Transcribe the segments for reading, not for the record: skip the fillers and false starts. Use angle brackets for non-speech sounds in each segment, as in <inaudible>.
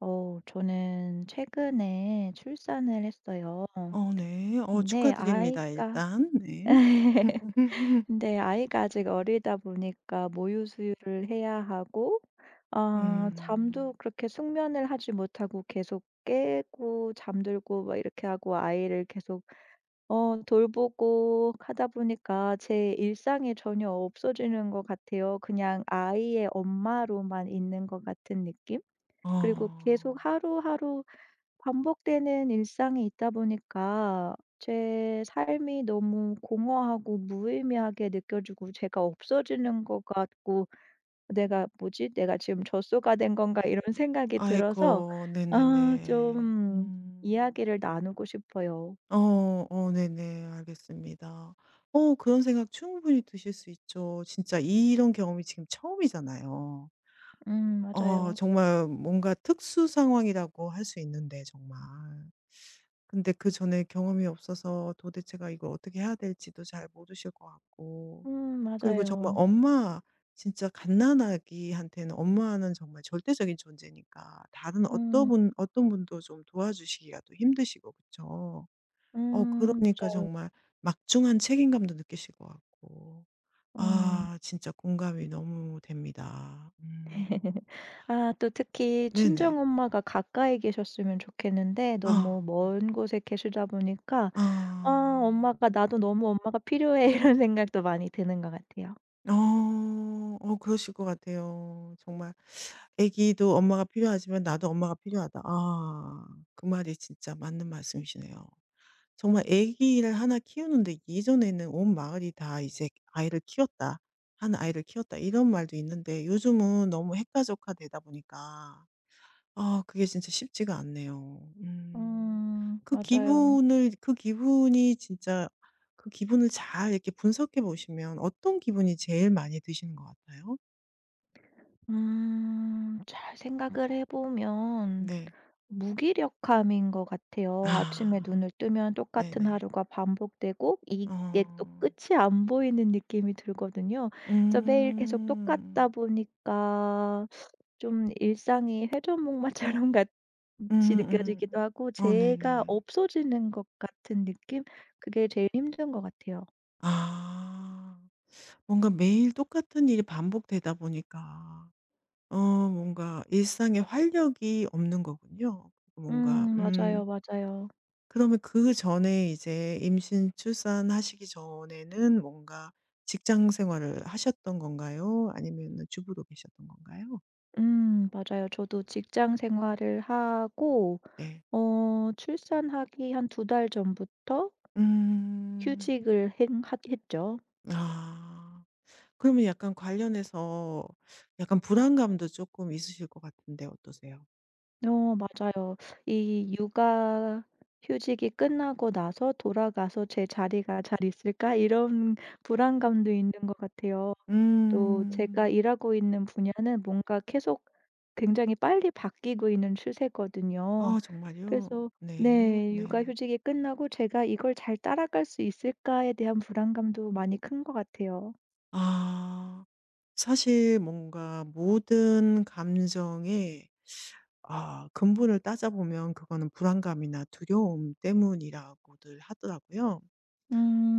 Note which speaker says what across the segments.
Speaker 1: 저는 최근에 출산을 했어요.
Speaker 2: 네.
Speaker 1: 근데
Speaker 2: 축하드립니다
Speaker 1: 아이가
Speaker 2: 일단. 네.
Speaker 1: <laughs>
Speaker 2: <laughs>
Speaker 1: 근데 아이가 아직 어리다 보니까 모유 수유를 해야 하고 잠도
Speaker 2: 음.
Speaker 1: 그렇게 숙면을 하지 못하고 계속 깨고 잠들고 막 이렇게 하고 아이를 계속 돌보고 하다 보니까 제 일상이 전혀 없어지는 것 같아요. 그냥 아이의 엄마로만 있는 것 같은 느낌? 그리고
Speaker 2: 어.
Speaker 1: 계속 하루하루 반복되는 일상이 있다 보니까 제 삶이 너무 공허하고 무의미하게 느껴지고 제가 없어지는 것 같고 '내가 뭐지? 내가 지금 젖소가 된 건가?' 이런 <laughs> 생각이 들어서
Speaker 2: 아이고. 네네네.
Speaker 1: 좀
Speaker 2: 음.
Speaker 1: 이야기를 나누고 싶어요.
Speaker 2: 어 네네. 알겠습니다. 그런 생각 충분히 드실 수 있죠. 진짜 이런 경험이 지금 처음이잖아요.
Speaker 1: 맞아요.
Speaker 2: 정말 뭔가 특수 상황이라고 할 수 있는데 정말. 근데 그전에 경험이 없어서 도대체가 이걸 어떻게 해야 될지도 잘 모르실 것 같고 그리고 정말
Speaker 1: 맞아요.
Speaker 2: 엄마 진짜 갓난아기한테는 엄마는 정말 절대적인 존재니까 다른 어떤
Speaker 1: 음.
Speaker 2: 분 어떤 분도 좀 도와주시기가 또 힘드시고 그쵸. 그러니까
Speaker 1: 맞아요.
Speaker 2: 정말 막중한 책임감도 느끼실 것 같고.
Speaker 1: 음.
Speaker 2: 아 진짜 공감이 너무 됩니다. 음.
Speaker 1: <laughs> 아 또 특히
Speaker 2: 네네.
Speaker 1: 친정엄마가 가까이 계셨으면 좋겠는데
Speaker 2: 아.
Speaker 1: 너무 먼 곳에 계시다 보니까
Speaker 2: 아.
Speaker 1: 아 엄마가 '나도 너무 엄마가 필요해.' <laughs> 이런 생각도 많이 드는 것 같아요.
Speaker 2: 어. 그러실 것 같아요. 정말 애기도 엄마가 필요하지만 나도 엄마가 필요하다. 아 그 말이 진짜 맞는 말씀이시네요. 정말 애기를 하나 키우는데 예전에는 온 마을이 다 이제 "아이를 키웠다. 한 아이를 키웠다." 이런 말도 있는데 요즘은 너무 핵가족화되다 보니까 아 그게 진짜 쉽지가 않네요. 음. 그
Speaker 1: 맞아요.
Speaker 2: 기분을 그 기분이 진짜 그 기분을 잘 이렇게 분석해 보시면 어떤 기분이 제일 많이 드시는 것 같아요?
Speaker 1: 잘 생각을 해 보면
Speaker 2: 네.
Speaker 1: 무기력함인 것 같아요. 아침에
Speaker 2: 아
Speaker 1: 눈을 뜨면 똑같은
Speaker 2: 네네.
Speaker 1: 하루가 반복되고 이게 또
Speaker 2: 어.
Speaker 1: 끝이 안 보이는 느낌이 들거든요. 그래서 매일 계속 똑같다
Speaker 2: 음.
Speaker 1: 보니까 좀 일상이 회전목마처럼 같이
Speaker 2: 음음.
Speaker 1: 느껴지기도 하고
Speaker 2: 어
Speaker 1: 제가
Speaker 2: 네네.
Speaker 1: 없어지는 것 같은 느낌? 그게 제일 힘든 것 같아요.
Speaker 2: 아. 뭔가 매일 똑같은 일이 반복되다 보니까 어 뭔가 일상에 활력이 없는 거군요. 뭔가
Speaker 1: 맞아요, 맞아요.
Speaker 2: 그러면 그전에 이제 임신 출산하시기 전에는 뭔가 직장 생활을 하셨던 건가요? 아니면은 주부로 계셨던 건가요?
Speaker 1: 맞아요. 저도 직장 생활을 하고
Speaker 2: 네.
Speaker 1: 출산하기 한 두 달 전부터
Speaker 2: 음.
Speaker 1: 휴직을 했, 하 했죠.
Speaker 2: 아. 그러면 약간 관련해서 약간 불안감도 조금 있으실 것 같은데 어떠세요?
Speaker 1: 맞아요. 이 육아 휴직이 끝나고 나서 돌아가서 '제 자리가 잘 있을까?' 이런 불안감도 있는 것 같아요. 또
Speaker 2: 음.
Speaker 1: 제가 일하고 있는 분야는 뭔가 계속 굉장히 빨리 바뀌고 있는 추세거든요.
Speaker 2: 아 정말요?
Speaker 1: 그래서
Speaker 2: 네.
Speaker 1: 네.
Speaker 2: 네.
Speaker 1: 육아휴직이 끝나고 제가 이걸 잘 따라갈 수 있을까에 대한 불안감도 많이 큰 것 같아요.
Speaker 2: 아 사실 뭔가 모든 감정의 아 근본을 따져보면 그거는 불안감이나 두려움 때문이라고들 하더라고요.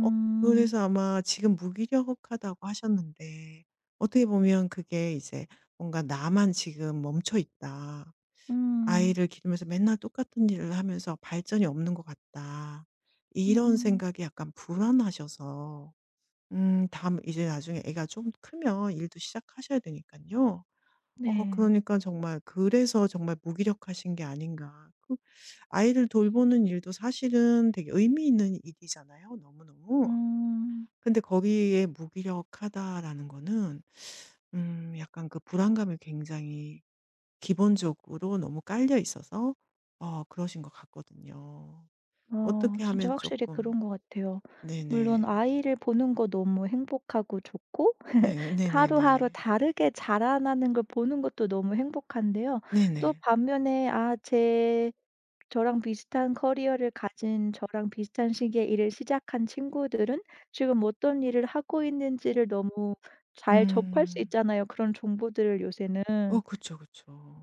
Speaker 2: 어 그래서 아마 지금 무기력하다고 하셨는데 어떻게 보면 그게 이제 뭔가 '나만 지금 멈춰 있다.'
Speaker 1: 음.
Speaker 2: '아이를 기르면서 맨날 똑같은 일을 하면서 발전이 없는 것 같다.' 이런
Speaker 1: 음.
Speaker 2: 생각이 약간 불안하셔서 다음 이제 나중에 애가 좀 크면 일도 시작하셔야 되니까요
Speaker 1: 네.
Speaker 2: 그러니까 정말 그래서 정말 무기력하신 게 아닌가. 그 아이를 돌보는 일도 사실은 되게 의미 있는 일이잖아요 너무너무.
Speaker 1: 음.
Speaker 2: 근데 거기에 '무기력하다.'라는 거는 약간 그 불안감이 굉장히 기본적으로 너무 깔려 있어서 그러신 것 같거든요.
Speaker 1: 아
Speaker 2: 어떻게
Speaker 1: 진짜
Speaker 2: 하면
Speaker 1: 확실히
Speaker 2: 조금
Speaker 1: 그런 것 같아요. 물론
Speaker 2: 네네.
Speaker 1: 아이를 보는 거 너무 행복하고 좋고 <laughs>
Speaker 2: 네
Speaker 1: 하루하루
Speaker 2: 네네네.
Speaker 1: 다르게 자라나는 걸 보는 것도 너무 행복한데요. 또
Speaker 2: 네네.
Speaker 1: 반면에 아 제 저랑 비슷한 커리어를 가진 저랑 비슷한 시기에 일을 시작한 친구들은 지금 어떤 일을 하고 있는지를 너무 잘 접할 수
Speaker 2: 음.
Speaker 1: 있잖아요, 그런 정보들을
Speaker 2: 어
Speaker 1: 요새는.
Speaker 2: 그쵸,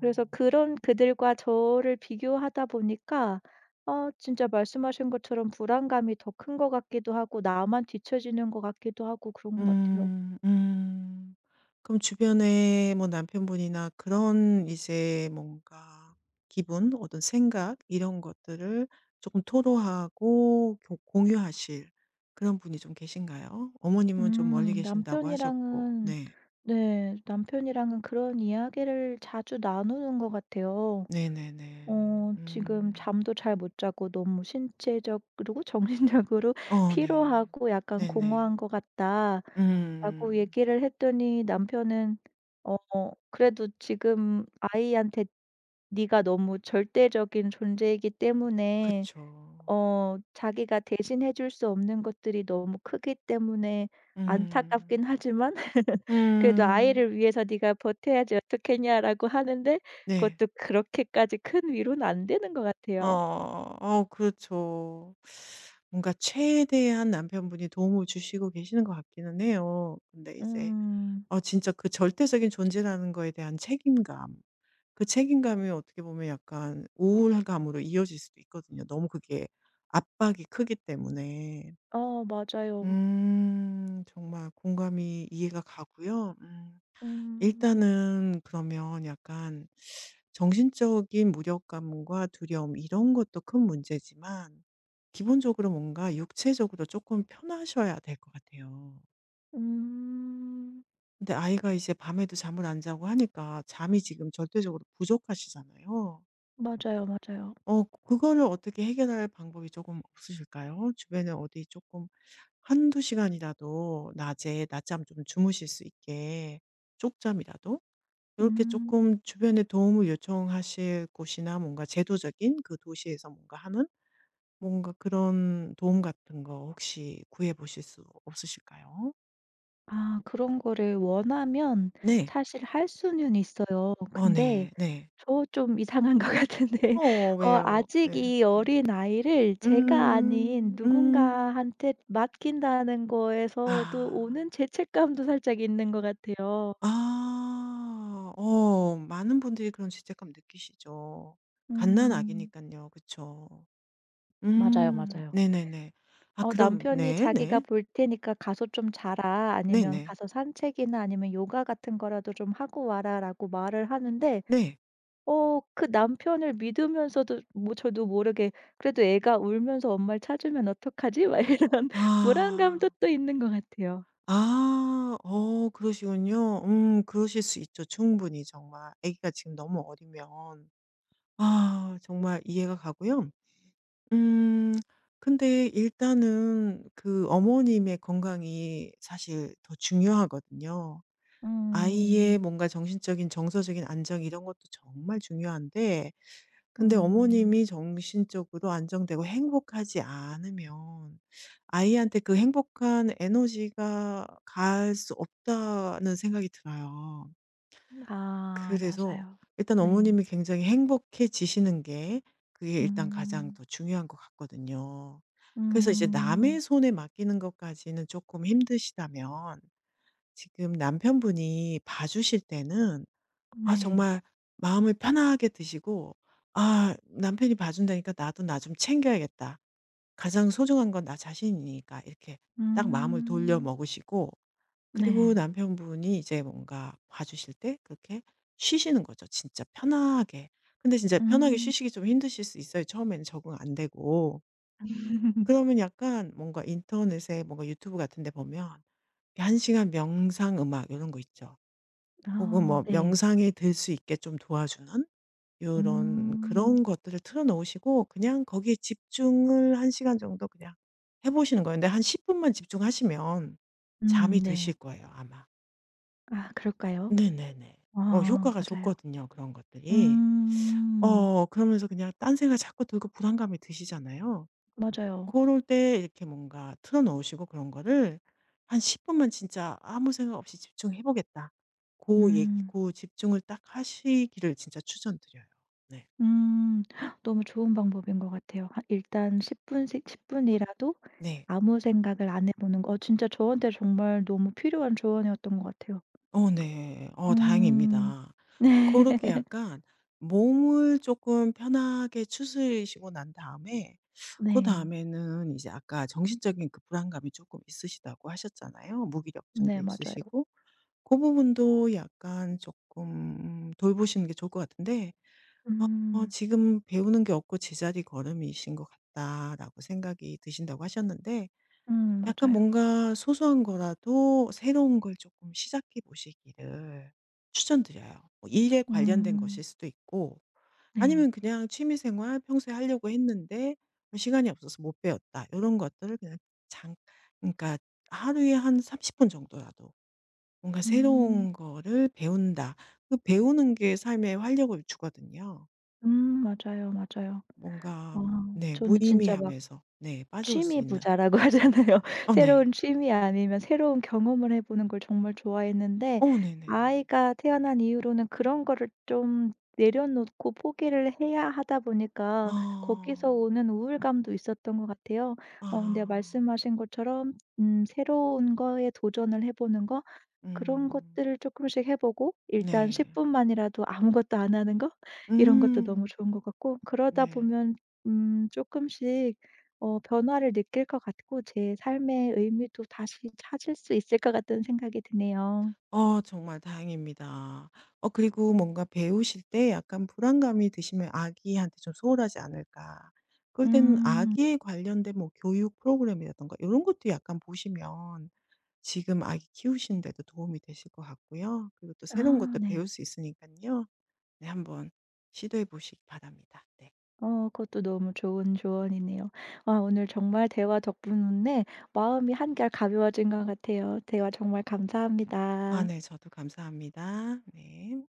Speaker 1: 그래서 그런 그들과 저를 비교하다 보니까 진짜 말씀하신 것처럼 불안감이 더 큰 것 같기도 하고 나만 뒤처지는 것 같기도 하고 그런 것 같아요.
Speaker 2: 음 음. 그럼 주변에 뭐 남편분이나 그런 이제 뭔가 기분, 어떤 생각 이런 것들을 조금 토로하고 교 공유하실 그런 분이 좀 계신가요? 어머님은 좀 멀리 계신다고 하셨고.
Speaker 1: 남편이랑은
Speaker 2: 네.
Speaker 1: 네, 남편이랑은 그런 이야기를 자주 나누는 것 같아요.
Speaker 2: 네네네.
Speaker 1: 지금
Speaker 2: 음.
Speaker 1: 잠도 잘 못 자고 너무 신체적 그리고 정신적으로 <laughs>
Speaker 2: 어 네.
Speaker 1: 피로하고 약간
Speaker 2: 네네.
Speaker 1: 공허한 것 같다라고
Speaker 2: 음.
Speaker 1: 얘기를 했더니 남편은 "어 그래도 지금 아이한테 네가 너무 절대적인 존재이기 때문에
Speaker 2: 그쵸.
Speaker 1: 자기가 대신해 줄 수 없는 것들이 너무 크기 때문에 안타깝긴
Speaker 2: 음.
Speaker 1: 하지만 <laughs> 그래도
Speaker 2: 음.
Speaker 1: 아이를 위해서 네가 버텨야지 어떻겠냐라고 하는데
Speaker 2: 네.
Speaker 1: 그것도 그렇게까지 큰 위로는 안 되는 것
Speaker 2: 어.
Speaker 1: 같아요.
Speaker 2: 어 그렇죠. 뭔가 최대한 남편분이 도움을 주시고 계시는 것 같기는 해요. 근데 이제
Speaker 1: 음.
Speaker 2: 진짜 그 절대적인 존재라는 거에 대한 책임감, 그 책임감이 어떻게 보면 약간 우울감으로 이어질 수도 있거든요, 너무 그게 압박이 크기 때문에.
Speaker 1: 맞아요.
Speaker 2: 음. 정말 공감이 이해가 가고요. 음.
Speaker 1: 음.
Speaker 2: 일단은 그러면 약간 정신적인 무력감과 두려움 이런 것도 큰 문제지만 기본적으로 뭔가 육체적으로 조금 편하셔야 될 것 같아요.
Speaker 1: 음.
Speaker 2: 근데 아이가 이제 밤에도 잠을 안 자고 하니까 잠이 지금 절대적으로 부족하시잖아요.
Speaker 1: 맞아요, 맞아요.
Speaker 2: 그거를 어떻게 해결할 방법이 조금 없으실까요? 주변에 어디 조금... 한두 시간이라도 낮에 낮잠 좀 주무실 수 있게 쪽잠이라도 이렇게
Speaker 1: 음.
Speaker 2: 조금 주변에 도움을 요청하실 곳이나 뭔가 제도적인 그 도시에서 뭔가 하는 뭔가 그런 도움 같은 거 혹시 구해 보실 수 없으실까요?
Speaker 1: 그런 거를 원하면
Speaker 2: 네.
Speaker 1: 사실 할 수는 있어요.
Speaker 2: 어
Speaker 1: 근데
Speaker 2: 네. 네.
Speaker 1: 저 좀 이상한 것 같은데 <laughs>
Speaker 2: 어 왜요?
Speaker 1: 아직
Speaker 2: 네.
Speaker 1: 이
Speaker 2: 음.
Speaker 1: 어린아이를 제가 아닌
Speaker 2: 음. 음.
Speaker 1: 누군가한테 맡긴다는 거에서도
Speaker 2: 아.
Speaker 1: 오는 죄책감도 살짝 있는 것 같아요.
Speaker 2: 아. 많은 분들이 그런 죄책감 느끼시죠. 갓난 아기니
Speaker 1: 음.
Speaker 2: 까요 그쵸.
Speaker 1: 맞아요,
Speaker 2: 음.
Speaker 1: 맞아요.
Speaker 2: 네네네. 아 그럼
Speaker 1: 남편이 "자기가
Speaker 2: 네네.
Speaker 1: 볼 테니까 가서 좀 자라." 아니면
Speaker 2: 네네.
Speaker 1: "가서 산책이나 아니면 요가 같은 거라도 좀 하고 와라."라고 말을 하는데
Speaker 2: 네.
Speaker 1: 그 남편을 믿으면서도 뭐 저도 모르게 '그래도 애가 울면서 엄마를 찾으면 어떡하지?' 막 이런 <laughs> 불안감도
Speaker 2: 아.
Speaker 1: 또 있는 것 같아요.
Speaker 2: 아. 그러시군요. 그러실 수 있죠 충분히 정말. 아기가 지금 너무 어리면. 아 정말 이해가 가고요. 음 근데 일단은 그 어머님의 건강이 사실 더 중요하거든요. 아이의
Speaker 1: 음.
Speaker 2: 뭔가 정신적인 정서적인 안정 이런 것도 정말 중요한데 근데
Speaker 1: 음.
Speaker 2: 어머님이 정신적으로 안정되고 행복하지 않으면 아이한테 그 행복한 에너지가 갈 수 없다는 생각이 들어요.
Speaker 1: 아
Speaker 2: 그래서
Speaker 1: 맞아요.
Speaker 2: 일단
Speaker 1: 네.
Speaker 2: 어머님이 굉장히 행복해지시는 게 그게 일단 가장
Speaker 1: 음.
Speaker 2: 더 중요한 것 같거든요. 그래서 이제
Speaker 1: 음.
Speaker 2: 남의 손에 맡기는 것까지는 조금 힘드시다면 지금 남편분이 봐주실 때는 아
Speaker 1: 네.
Speaker 2: 정말 마음을 편하게 드시고 '아 남편이 봐준다니까 나도 나 좀 챙겨야겠다. 가장 소중한 건 나 자신이니까.' 이렇게 딱 마음을 돌려
Speaker 1: 음.
Speaker 2: 먹으시고 그리고
Speaker 1: 네.
Speaker 2: 남편분이 이제 뭔가 봐주실 때 그렇게 쉬시는 거죠 진짜 편하게. 근데 진짜 편하게
Speaker 1: 음.
Speaker 2: 쉬시기 좀 힘드실 수 있어요 처음에는 적응 안 되고.
Speaker 1: <laughs>
Speaker 2: 그러면 약간 뭔가 인터넷에 뭔가 유튜브 같은 데 보면 한 시간 명상 음악 이런 거 있죠. 혹은
Speaker 1: 아
Speaker 2: 뭐
Speaker 1: 네.
Speaker 2: 명상에 들 수 있게 좀 도와주는 요런
Speaker 1: 음.
Speaker 2: 그런 것들을 틀어 놓으시고 그냥 거기에 집중을 한 시간 정도 그냥 해 보시는 거예요. 근데 한 10 분만 집중하시면 잠이 드실
Speaker 1: 네.
Speaker 2: 거예요 아마.
Speaker 1: 아 그럴까요?
Speaker 2: 네네네.
Speaker 1: 아
Speaker 2: 효과가
Speaker 1: 맞아요.
Speaker 2: 좋거든요 그런 것들이.
Speaker 1: 음.
Speaker 2: 그러면서 그냥 딴생각 자꾸 들고 불안감이 드시잖아요.
Speaker 1: 맞아요.
Speaker 2: 고럴 때 이렇게 뭔가 틀어 놓으시고 그런 거를 한 10 분만 진짜 '아무 생각 없이 집중해 보겠다.' 고 얘기
Speaker 1: 음.
Speaker 2: 고 집중을 딱 하시기를 진짜 추천드려요. 네.
Speaker 1: 음. <sucks teeth> 너무 좋은 방법인 것 같아요. 한 일단 10 분씩 10 분이라도
Speaker 2: 네.
Speaker 1: 아무 생각을 안 해 보는 거 진짜 저한테 정말 너무 필요한 조언이었던 것 같아요.
Speaker 2: 어 네.
Speaker 1: 음.
Speaker 2: 다행입니다. 그렇게
Speaker 1: <laughs>
Speaker 2: 약간 몸을 조금 편하게 추스리시고 난 다음에
Speaker 1: 네.
Speaker 2: 그다음에는 이제 아까 정신적인 그 불안감이 조금 있으시다고 하셨잖아요. 무기력증도
Speaker 1: 네, 맞아요.
Speaker 2: 있으시고 그 부분도 약간 조금 돌보시는 게 좋을 것 같은데 어
Speaker 1: 음.
Speaker 2: 지금 '배우는 게 없고 제자리 걸음이신 것 같다.'라고 생각이 드신다고 하셨는데 약간
Speaker 1: 맞아요.
Speaker 2: 뭔가 소소한 거라도 새로운 걸 조금 시작해 보시기를 추천드려요. 뭐 일에 관련된
Speaker 1: 음.
Speaker 2: 것일 수도 있고
Speaker 1: 네.
Speaker 2: 아니면 그냥 취미 생활 평소에 하려고 했는데 뭐 시간이 없어서 못 배웠다. 이런 것들을 그냥 장 그러니까 하루에 한 30분 정도라도 뭔가
Speaker 1: 음.
Speaker 2: 새로운 거를 배운다. 그 배우는 게 삶에 활력을 주거든요.
Speaker 1: 음 맞아요, 맞아요.
Speaker 2: 뭔가
Speaker 1: 아
Speaker 2: 네
Speaker 1: 저는 진짜 막
Speaker 2: 무의미함에서 네 빠져올 수
Speaker 1: 취미
Speaker 2: 있는.
Speaker 1: 부자라고 하잖아요. <laughs>
Speaker 2: 어 네.
Speaker 1: 새로운 취미 아니면 새로운 경험을 해 보는 걸 정말 좋아했는데
Speaker 2: 어 네네네.
Speaker 1: 아이가 태어난 이후로는 그런 거를 좀 내려놓고 포기를 해야 하다 보니까 거기서
Speaker 2: 아.
Speaker 1: 오는 우울감도 있었던 것 같아요. 근데
Speaker 2: 아.
Speaker 1: 말씀하신 것처럼 새로운 거에 도전을 해 보는 거, 그런
Speaker 2: 음.
Speaker 1: 것들을 조금씩 해 보고 일단 10
Speaker 2: 네.
Speaker 1: 분만이라도 아무것도 안 하는 거 이런 것도 너무
Speaker 2: 음.
Speaker 1: 좋은 것 같고 그러다
Speaker 2: 네.
Speaker 1: 보면 금씩 변화를 느낄 것 같고 제 삶의 의미도 다시 찾을 수 있을 것 같다는 생각이 드네요.
Speaker 2: 정말 다행입니다. 그리고 뭔가 배우실 때 약간 불안감이 드시면 '아기한테 좀 소홀하지 않을까.' 그럴 때는
Speaker 1: 음.
Speaker 2: 아기에 관련된 뭐 교육 프로그램이라든가 이런 것도 약간 보시면 지금 아기 키우시는 데도 도움이 되실 것 같고요. 그리고 또 새로운
Speaker 1: 아
Speaker 2: 것도 배울
Speaker 1: 네.
Speaker 2: 수 있으니까요 네 한번 시도해 보시기 바랍니다. 네.
Speaker 1: 그것도 너무 좋은 조언이네요. 아 오늘 정말 대화 덕분에 마음이 한결 가벼워진 것 같아요. 대화 정말
Speaker 2: 아
Speaker 1: 감사합니다.
Speaker 2: 네 저도 감사합니다. 네.